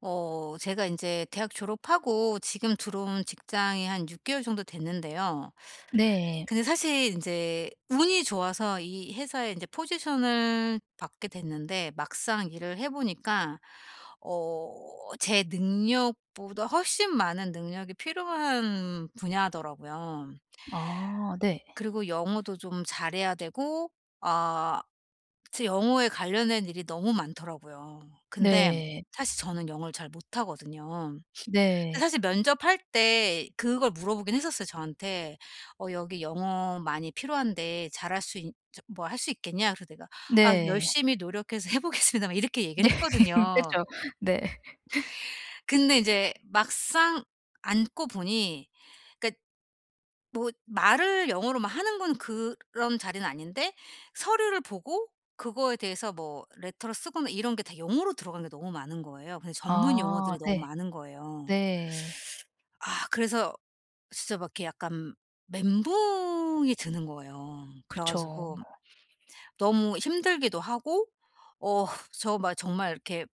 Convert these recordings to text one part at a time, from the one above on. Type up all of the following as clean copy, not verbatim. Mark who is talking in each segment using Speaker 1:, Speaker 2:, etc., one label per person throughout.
Speaker 1: 제가 이제 대학 졸업하고 지금 들어온 직장이 한 6 개월 정도 됐는데요.
Speaker 2: 네.
Speaker 1: 근데 사실 이제 운이 좋아서 이 회사에 이제 포지션을 받게 됐는데, 막상 일을 해 보니까 제 능력보다 훨씬 많은 능력이 필요한 분야더라고요.
Speaker 2: 아 네.
Speaker 1: 그리고 영어도 좀 잘해야 되고, 아 제 영어에 관련된 일이 너무 많더라고요. 근데
Speaker 2: 네.
Speaker 1: 사실 저는 영어를 잘 못하거든요.
Speaker 2: 네.
Speaker 1: 사실 면접할 때 그걸 물어보긴 했었어요, 저한테. 여기 영어 많이 필요한데, 잘할 수 있 저 뭐 할 수 있겠냐?" 그래서 내가 "아
Speaker 2: 네.
Speaker 1: 열심히 노력해서 해 보겠습니다." 막 이렇게 얘기를
Speaker 2: 네.
Speaker 1: 했거든요.
Speaker 2: 그쵸. 네.
Speaker 1: 근데 인제 막상 앉고 보니, 그러니까, 뭐 말을 영어로 막 하는 건 그런 자리는 아닌데, 서류를 보고 그거에 대해서 뭐 레터를 쓰거나 이런 게 다 영어로 들어간 게 너무 많은 거예요. 근데 전문
Speaker 2: 아
Speaker 1: 용어들이 너무
Speaker 2: 네.
Speaker 1: 많은 거예요.
Speaker 2: 네.
Speaker 1: 그래서 진짜 막 이렇게 약간 멘붕이 드는 거예요. 그래
Speaker 2: 그쵸.
Speaker 1: 가지고 너무 힘들기도 하고, 어 저 막 정말 이렇게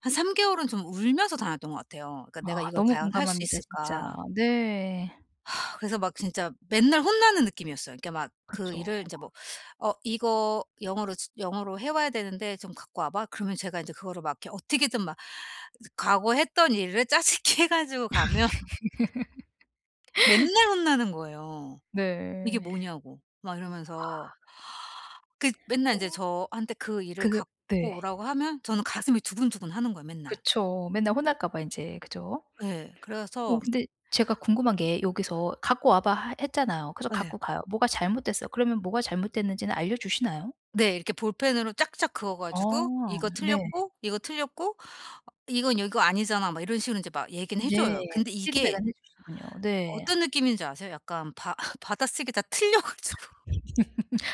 Speaker 1: 한 3 개월은 좀 울면서 다녔던 것 같아요. 그러니까 '내가
Speaker 2: 아
Speaker 1: 이걸
Speaker 2: 너무
Speaker 1: 과연 할 수
Speaker 2: 공감합니다 진짜.
Speaker 1: 있을까.'
Speaker 2: 네.
Speaker 1: 그래서 막 진짜 맨날 혼나는 느낌이었어요. 그러니까 막 그
Speaker 2: 그쵸.
Speaker 1: 일을 이제, 뭐 이거 영어로 해 와야 되는데 좀 갖고 와 봐." 그러면 제가 이제 그거를 막 이렇게 어떻게든 막 과거 했던 일을 짜증게 해 가지고 가면 맨날 혼나는 거예요. "이게
Speaker 2: 네.
Speaker 1: 뭐냐."고 막 이러면서, 그 맨날
Speaker 2: 어
Speaker 1: 인제 저한테 그 일을
Speaker 2: 그
Speaker 1: 갖고
Speaker 2: 네.
Speaker 1: 오라고 하면 저는 가슴이 두근두근하는 거예요 맨날.
Speaker 2: 그쵸. 맨날 혼날까 봐 인제. 그죠?
Speaker 1: 예.
Speaker 2: 어
Speaker 1: 그래서.
Speaker 2: 근데 제가 궁금한 게 여기서 "갖고 와 봐." 하 했잖아요. 그래서
Speaker 1: 예.
Speaker 2: 갖고 가요. 뭐가 잘못됐어. 그러면 뭐가 잘못됐는지는 알려 주시나요?
Speaker 1: 네. 이렇게 볼펜으로 쫙쫙 그어 가지고
Speaker 2: 어
Speaker 1: "이거
Speaker 2: 네.
Speaker 1: 틀렸고, 이거 틀렸고, 이건 이거 아니잖아." 막 이런 식으로 인제 막 얘기는 해
Speaker 2: 네.
Speaker 1: 줘요. 근데 이게
Speaker 2: 피드백은 해 주시군요. 네.
Speaker 1: 어떤 느낌인지 아세요? 약간 바 받아쓰기 다 틀려 가지고.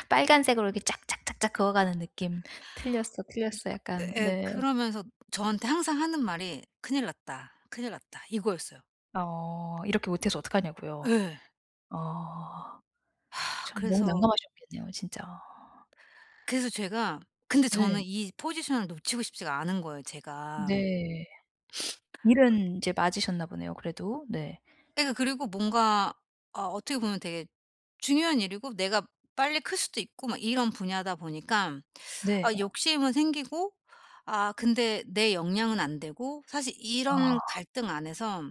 Speaker 2: 빨간색으로 이렇게 쫙쫙쫙쫙 그어가는 느낌. 틀렸어, 틀렸어 약간
Speaker 1: 예예.
Speaker 2: 네.
Speaker 1: 그러면서 저한테 항상 하는 말이 "큰일 났다. 큰일 났다." 이거였어요.
Speaker 2: 어 이렇게 못해서 어떡하냐고요.
Speaker 1: 예.
Speaker 2: 어. 참 너무
Speaker 1: 그래서
Speaker 2: 난감하셨겠네요 진짜.
Speaker 1: 그래서 제가, 근데
Speaker 2: 네.
Speaker 1: 저는 이 포지션을 놓치고 싶지가 않은 거예요 제가.
Speaker 2: 네. 일은 이제 맞으셨나 보네요 그래도. 네.
Speaker 1: 그러니까, 그리고 뭔가 어떻게 보면 되게 중요한 일이고 내가 빨리 클 수도 있고 막 이런 분야다 보니까
Speaker 2: 네.
Speaker 1: 욕심은 생기고, 근데 내 역량은 안 되고. 사실 이런
Speaker 2: 아
Speaker 1: 갈등 안에서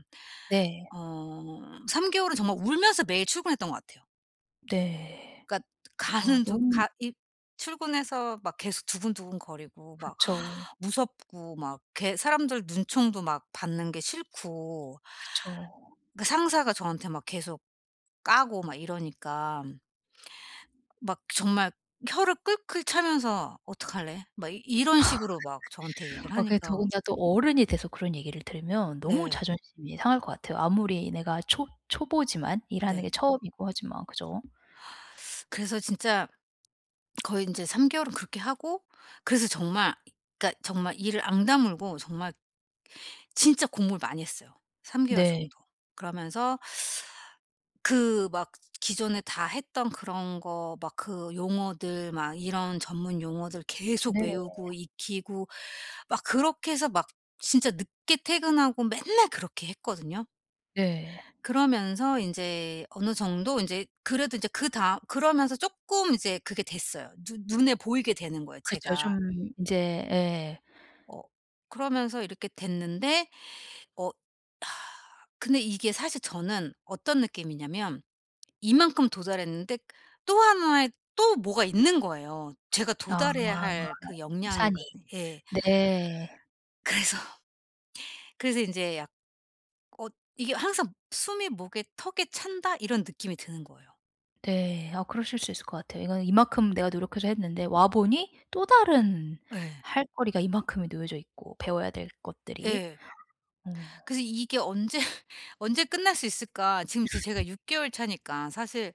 Speaker 2: 네.
Speaker 1: 어 3 개월은 정말 울면서 매일 출근했던 것 같아요.
Speaker 2: 네.
Speaker 1: 그러니까
Speaker 2: 아
Speaker 1: 가는 두
Speaker 2: 너무
Speaker 1: 가 이 출근해서 막 계속 두근두근거리고 막
Speaker 2: 그쵸.
Speaker 1: 무섭고 막 걔 사람들 눈총도 막 받는 게 싫고.
Speaker 2: 그쵸.
Speaker 1: 그 상사가 저한테 막 계속 까고 막 이러니까 막 정말 혀를 끌끌 차면서 "어떡할래?" 막 이 이런 식으로 막 저한테 얘기를
Speaker 2: 어 그게
Speaker 1: 하니까.
Speaker 2: 더군다나 또 어른이 돼서 그런 얘기를 들으면 너무
Speaker 1: 네.
Speaker 2: 자존심이 상할 것 같아요. 아무리 내가 초 초보지만 일하는
Speaker 1: 네.
Speaker 2: 게 처음이고 하지만 그죠?
Speaker 1: 그래서 진짜 거의 인제 3 개월은 그렇게 하고, 그래서 정말, 그러니까 정말 이를 앙 다물고 정말 진짜 공부를 많이 했어요, 3 개월
Speaker 2: 네.
Speaker 1: 정도. 그러면서 그 막 기존에 다 했던 그런 거, 막 그 용어들, 막 이런 전문 용어들
Speaker 2: 네.
Speaker 1: 계속 외우고 익히고, 막 그렇게 해서 막 진짜 늦게 퇴근하고 맨날 그렇게 했거든요.
Speaker 2: 네.
Speaker 1: 그러면서 인제 어느 정도 인제 그래도 인제 그다음 그러면서 쪼끔 이제 그게 됐어요. 눈 눈에 보이게 되는 거예요
Speaker 2: 그쵸.
Speaker 1: 제가.
Speaker 2: 좀 인제 예.
Speaker 1: 어 그러면서 이렇게 됐는데 어 근데 이게 사실 저는 어떤 느낌이냐면, 이만큼 도달했는데 또 하나의 또 뭐가 있는 거예요, 제가 도달해야
Speaker 2: 아
Speaker 1: 할 그 역량
Speaker 2: 산이.
Speaker 1: 같은. 예.
Speaker 2: 네.
Speaker 1: 그래서 그래서 이제 약 어 이게 항상 '숨이 목에 턱에 찬다.' 이런 느낌이 드는 거예요.
Speaker 2: 네. 아 그러실 수 있을 것 같아요. 이건 이만큼 내가 노력해서 했는데 와 보니 또 다른
Speaker 1: 예.
Speaker 2: 할 거리가 이만큼이 놓여져 있고 배워야 될 것들이.
Speaker 1: 예.
Speaker 2: 어.
Speaker 1: 그래서 이게 언제 언제 끝날 수 있을까? 지금 제 제가 6 개월 차니까 사실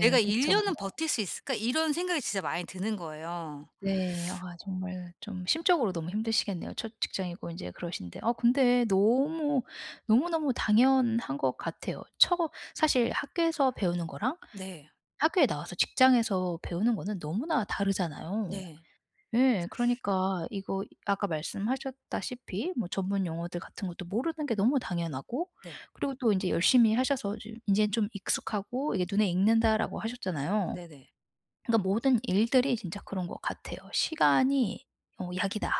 Speaker 1: '내가 1
Speaker 2: 그쵸.
Speaker 1: 년은 버틸 수 있을까?' 이런 생각이 진짜 많이 드는 거예요.
Speaker 2: 네. 아 정말 좀 심적으로 너무 힘드시겠네요. 첫 직장이고 인제 그러신데 아 근데 너무 너무너무 당연한 것 같아요. 처 사실 학교에서 배우는 거랑
Speaker 1: 네.
Speaker 2: 학교에 나와서 직장에서 배우는 거는 너무나 다르잖아요.
Speaker 1: 네.
Speaker 2: 예. 그러니까 이거 아까 말씀하셨다시피 뭐 전문 용어들 같은 것도 모르는 게 너무 당연하고
Speaker 1: 네.
Speaker 2: 그리고 또 인제 열심히 하셔서 좀 인제는 좀 익숙하고 이게 '눈에 익는다.'라고 하셨잖아요.
Speaker 1: 네네.
Speaker 2: 그러니까 모든 일들이 진짜 그런 것 같아요. '시간이 어 약이다.'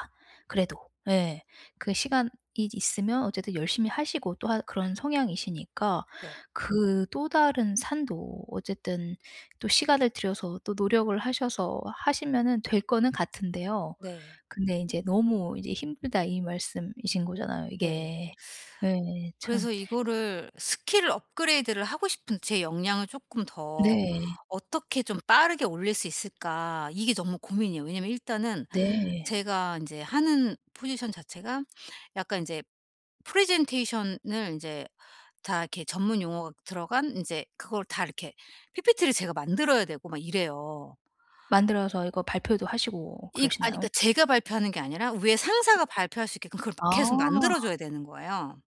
Speaker 2: 그래도. 예. 그 시간이 있으면 어쨌든 열심히 하시고 또 하 그런 성향이시니까
Speaker 1: 네.
Speaker 2: 그 또 다른 산도 어쨌든 또 시간을 들여서 또 노력을 하셔서 하시면은 될 거는 같은데요.
Speaker 1: 네.
Speaker 2: 근데 이제 "너무 이제 힘들다." 이 말씀이신 거잖아요
Speaker 1: 네.
Speaker 2: 이게. 예. 참.
Speaker 1: 그래서 이거를 스킬 업그레이드를 하고 싶은, 제 역량을 쪼끔 더
Speaker 2: 네.
Speaker 1: 어떻게 좀 빠르게 올릴 수 있을까, 이게 정말 고민이에요. 왜냐면 일단은
Speaker 2: 네.
Speaker 1: 제가 인제 하는 포지션 자체가 약간 인제 프레젠테이션을 인제 다 이렇게 전문 용어가 들어간 인제 그걸 다 이렇게 PPT를 제가 만들어야 되고 막 이래요.
Speaker 2: 만들어서 이거 발표도 하시고
Speaker 1: 이거 아니,
Speaker 2: 그러시나요?
Speaker 1: 그러니까 제가 발표하는 게 아니라 위에 상사가 발표할 수 있게끔 그걸 막 계속 만들어
Speaker 2: 아.
Speaker 1: 줘야 되는 거예요.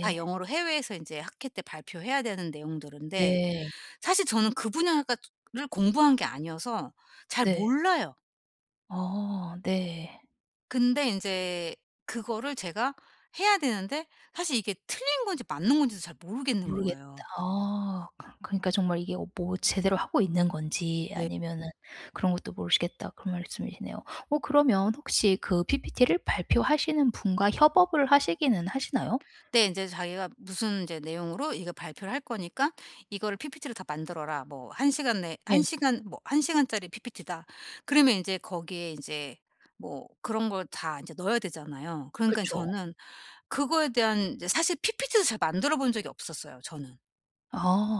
Speaker 1: 다 영어로 해외에서 인제 학회 때 발표해야 되는 내용들인데,
Speaker 2: 네.
Speaker 1: 사실 저는 그 분야가 를 공부한 게 아니어서 잘
Speaker 2: 네.
Speaker 1: 몰라요.
Speaker 2: 어 네.
Speaker 1: 근데 인제 그거를 제가 해야 되는데, 사실 이게 틀린 건지 맞는 건지도 잘 모르겠는
Speaker 2: 모르겠다.
Speaker 1: 거예요.
Speaker 2: 아 그 그러니까 정말 이게 어 뭐 제대로 하고 있는 건지
Speaker 1: 네.
Speaker 2: 아니면은 그런 것도 모르시겠다 그런 말씀이시네요. 어 그러면 혹시 그 PPT를 발표하시는 분과 협업을 하시기는 하시나요?
Speaker 1: 근데 인제 자기가 무슨 인제 내용으로 이거 발표를 할 거니까 "이거를 PPT를 다 만들어라. 뭐 한 시간 내 한
Speaker 2: 네.
Speaker 1: 시간, 뭐 한 시간짜리 PPT다." 그러면 인제 거기에 인제 뭐 그런 걸 다 인제 넣어야 되잖아요. 그러니깐
Speaker 2: 그쵸.
Speaker 1: 저는 그거에 대한 이제, 사실 PPT도 잘 만들어 본 적이 없었어요 저는.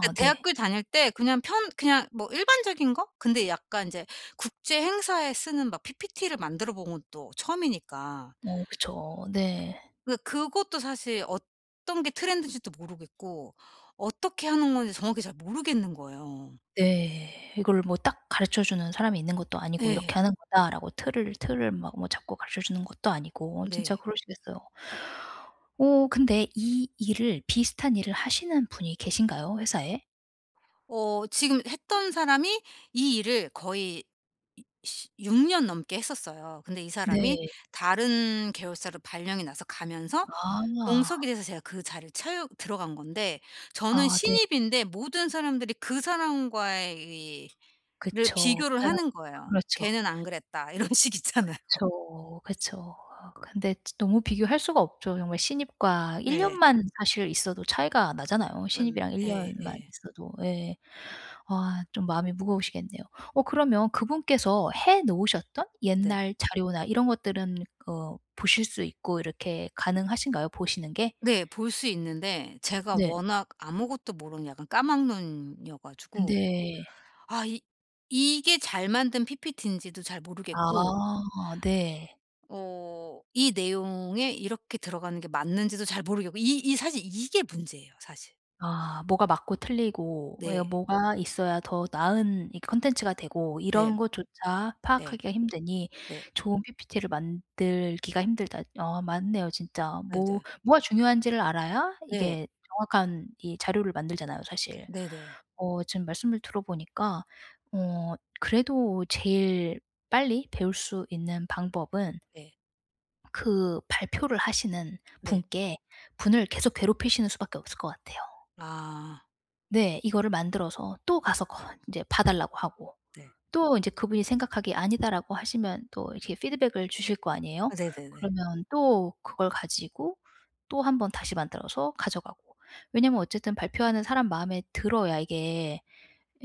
Speaker 1: 그러니까
Speaker 2: 네.
Speaker 1: 대학교 다닐 때 그냥 편 그냥 뭐 일반적인 거? 근데 약간 이제 국제 행사에 쓰는 막 PPT를 만들어 본 건 또 처음이니까.
Speaker 2: 어 그쵸. 네.
Speaker 1: 그러니까 그것도 사실 어떤 게 트렌드인지도 모르겠고 어떻게 하는 건지 정확히 잘 모르겠는 거예요.
Speaker 2: 네. 이걸 뭐 딱 가르쳐 주는 사람이 있는 것도 아니고 '이렇게
Speaker 1: 예.
Speaker 2: 하는 거다.'라고 틀을 막 뭐 잡고 가르쳐 주는 것도 아니고 진짜
Speaker 1: 네.
Speaker 2: 그러시겠어요. 어 근데 이 일을 비슷한 일을 하시는 분이 계신가요? 회사에?
Speaker 1: 지금 했던 사람이 이 일을 거의 이 시 6 년 넘게 했었어요. 근데 이 사람이
Speaker 2: 네.
Speaker 1: 다른 계열사로 발령이 나서 가면서 공석이
Speaker 2: 아.
Speaker 1: 돼서 제가 그 자리를 채우 들어간 건데,
Speaker 2: 아
Speaker 1: 저는
Speaker 2: 네.
Speaker 1: 신입인데 모든 사람들이 그 사람과의 이 를
Speaker 2: 그쵸. 그
Speaker 1: 비교를
Speaker 2: 사람
Speaker 1: 하는 거예요.
Speaker 2: 그렇죠.
Speaker 1: "걔는 안 그랬다." 이런 식 있잖아요.
Speaker 2: 그쵸. 그쵸. 아 근데 지 너무 비교할 수가 없죠. 정말 신입과 1
Speaker 1: 예.
Speaker 2: 년만 사실 있어도 차이가 나잖아요.
Speaker 1: 은
Speaker 2: 신입이랑 1
Speaker 1: 예예예.
Speaker 2: 년만 있어도. 예. 아 좀 마음이 무거우시겠네요. 어 그러면 그분께서 해 놓으셨던
Speaker 1: 네.
Speaker 2: 옛날 자료나 이런 것들은 어 보실 수 있고 이렇게 가능하신가요? 보시는 게?
Speaker 1: 네. 볼 수 있는데 제가
Speaker 2: 네.
Speaker 1: 워낙 아무것도 모르는 약간 까막눈이어 가지고,
Speaker 2: 네.
Speaker 1: 아 이 이게 잘 만든 PPT인지도 잘 모르겠고,
Speaker 2: 아 네.
Speaker 1: 이 내용에 이렇게 들어가는 게 맞는지도 잘 모르겠고, 이 이 사실 이게 문제예요 사실.
Speaker 2: 아 뭐가 맞고 틀리고 예
Speaker 1: 네.
Speaker 2: 뭐가 있어야 더 나은 이 콘텐츠가 되고
Speaker 1: 네.
Speaker 2: 이런 것조차
Speaker 1: 네.
Speaker 2: 파악하기가 힘드니
Speaker 1: 네.
Speaker 2: 좋은 PPT를 만들기가 힘들다. 어 맞네요 진짜. 뭐
Speaker 1: 네네.
Speaker 2: 뭐가 중요한지를 알아야
Speaker 1: 네.
Speaker 2: 이게 정확한 이 자료를 만들잖아요
Speaker 1: 네.
Speaker 2: 사실.
Speaker 1: 네 네.
Speaker 2: 어 지금 말씀을 들어보니까 어 그래도 제일 빨리 배울 수 있는 방법은
Speaker 1: 네. 네.
Speaker 2: 그 발표를 하시는
Speaker 1: 네, 네.
Speaker 2: 분께 분을 계속 괴롭히시는 수밖에 없을 것 같아요.
Speaker 1: 아
Speaker 2: 네. 이거를 만들어서 또 가서 거 인제 봐 달라고 하고
Speaker 1: 네.
Speaker 2: 또 인제 그분이 생각하기에 "아니다."라고 하시면 또 이렇게 피드백을 주실 거
Speaker 1: 아
Speaker 2: 아니에요.
Speaker 1: 네네네.
Speaker 2: 그러면 또 그걸 가지고 또 한번 다시 만들어서 가져가고. 왜냐면 어쨌든 발표하는 사람 마음에 들어야 이게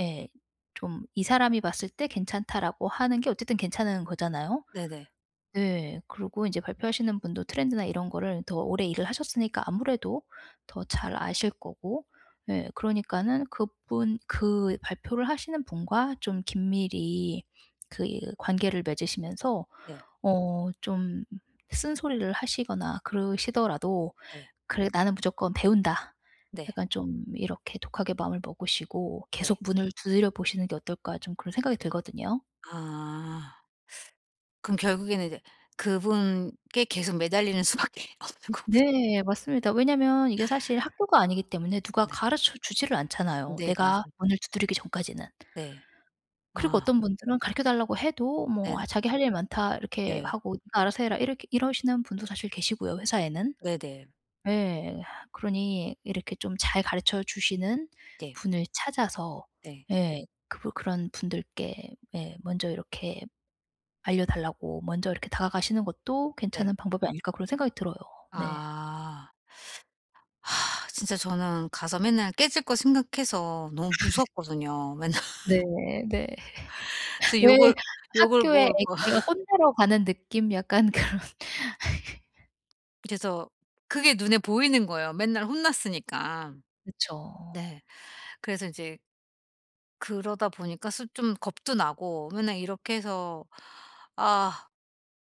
Speaker 2: 예 좀 이 사람이 봤을 때 '괜찮다.'라고 하는 게 어쨌든 괜찮은 거잖아요.
Speaker 1: 네네.
Speaker 2: 네. 그리고 인제 발표하시는 분도 트렌드나 이런 거를 더 오래 일을 하셨으니까 아무래도 더 잘 아실 거고 예 그러니까는 그분 그 발표를 하시는 분과 좀 긴밀히 그 관계를 맺으시면서
Speaker 1: 네.
Speaker 2: 어 좀 쓴소리를 하시거나 그러시더라도
Speaker 1: 네. 네. 네.
Speaker 2: '그래 나는 무조건 배운다.'
Speaker 1: 네,
Speaker 2: 약간 좀 이렇게 독하게 마음을 먹으시고
Speaker 1: 네,
Speaker 2: 계속
Speaker 1: 네.
Speaker 2: 문을 두드려 보시는 게 어떨까 좀 그런 생각이 들거든요.
Speaker 1: 아. 그럼 결국에는 이제 그분께 계속 매달리는 수밖에 없는 거군요.
Speaker 2: 네. 맞습니다. 왜냐면 이게 사실 학교가 아니기 때문에 누가
Speaker 1: 네.
Speaker 2: 가르쳐 주지를 않잖아요,
Speaker 1: 네
Speaker 2: 내가
Speaker 1: 맞아요.
Speaker 2: 문을 두드리기 전까지는.
Speaker 1: 네.
Speaker 2: 그리고
Speaker 1: 아
Speaker 2: 어떤 분들은 가르쳐 달라고 해도 뭐
Speaker 1: 네네.
Speaker 2: "아 자기 할 일 많다." 이렇게
Speaker 1: 네.
Speaker 2: 하고 "네가 알아서 해라." 이렇게 이러시는 분도 사실 계시고요, 회사에는.
Speaker 1: 네네.
Speaker 2: 예. 그러니 이렇게 좀 잘 가르쳐 주시는
Speaker 1: 네. 네.
Speaker 2: 분을 찾아서
Speaker 1: 네.
Speaker 2: 예 그분 그런 분들께 예 먼저 이렇게 알려 달라고 먼저 이렇게 다가가시는 것도
Speaker 1: 네, 네.
Speaker 2: 괜찮은 방법이 아닐까 그런 생각이 들어요. 네.
Speaker 1: 아. 진짜 저는 가서 맨날 깨질 거 생각해서 너무 무섭거든요 맨날.
Speaker 2: 네. 네.
Speaker 1: 그래서
Speaker 2: 왜
Speaker 1: 욕을
Speaker 2: 학교에 애
Speaker 1: 먹을 거.
Speaker 2: 애가 혼내러 가는 느낌 약간 그런
Speaker 1: 그래서 그게 눈에 보이는 거예요 맨날 혼났으니까.
Speaker 2: 그쵸.
Speaker 1: 네. 그래서 인제 그러다 보니까 수 좀 겁도 나고 맨날 이렇게 해서, '아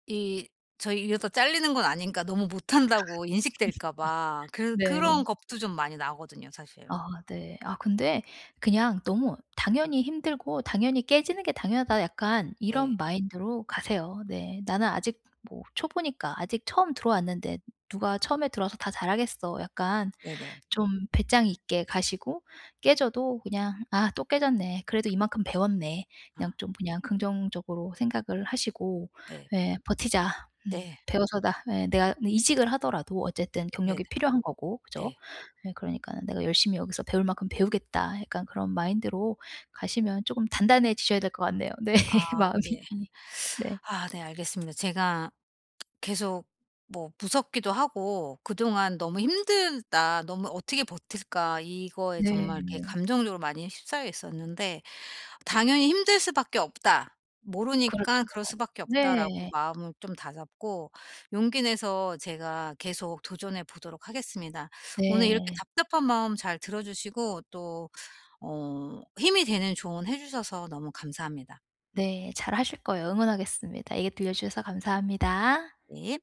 Speaker 1: 이 저희 이러다 잘리는 건 아닌가. 너무 못한다고 인식될까 봐.' 그런
Speaker 2: 네.
Speaker 1: 겁도 좀 많이 나거든요 사실.
Speaker 2: 아 네. 아 근데 그냥 너무 '당연히 힘들고 당연히 깨지는 게 당연하다.' 약간
Speaker 1: 네.
Speaker 2: 이런 마인드로 가세요. 네. '나는 아직 뭐 초보니까 아직 처음 들어왔는데 누가 처음에 들어와서 다 잘하겠어.' 약간
Speaker 1: 네네.
Speaker 2: 좀 배짱 있게 가시고 깨져도 그냥 '아 또 깨졌네. 그래도 이만큼 배웠네.' 그냥
Speaker 1: 아
Speaker 2: 좀 그냥 긍정적으로 생각을 하시고
Speaker 1: 네.
Speaker 2: 예 '버티자.
Speaker 1: 네.
Speaker 2: 배워서다.' 예 '내가 이직을 하더라도
Speaker 1: 네.
Speaker 2: 어쨌든
Speaker 1: 네네.
Speaker 2: 경력이 필요한 거고.' 그죠?
Speaker 1: 네.
Speaker 2: 예 그러니까는 '내가 열심히 여기서 배울 만큼 배우겠다.' 약간 그런 마인드로 가시면 쪼금 단단해지셔야 될 것 같네요. 네.
Speaker 1: 아
Speaker 2: 마음이.
Speaker 1: 네.
Speaker 2: 네.
Speaker 1: 아 네 알겠습니다. 제가 계속 뭐 무섭기도 하고, 그동안 '너무 힘들다. 너무 어떻게 버틸까.' 이거에
Speaker 2: 네.
Speaker 1: 정말 이렇게 감정적으로 많이 휩싸여 있었는데, '당연히 힘들 수밖에 없다.
Speaker 2: 그렇죠.
Speaker 1: 모르니까 그럴 수밖에 없다.'라고
Speaker 2: 네.
Speaker 1: 마음을 좀 다잡고, 용기 내서 제가 계속 도전해 보도록 하겠습니다. 오늘 이렇게
Speaker 2: 네.
Speaker 1: 답답한 마음 잘 들어 주시고, 또 힘이 되는 조언 해 주셔서 너무 감사합니다.
Speaker 2: 네. 잘하실 거예요. 응원하겠습니다. 얘기 들려주셔서 감사합니다.
Speaker 1: 네.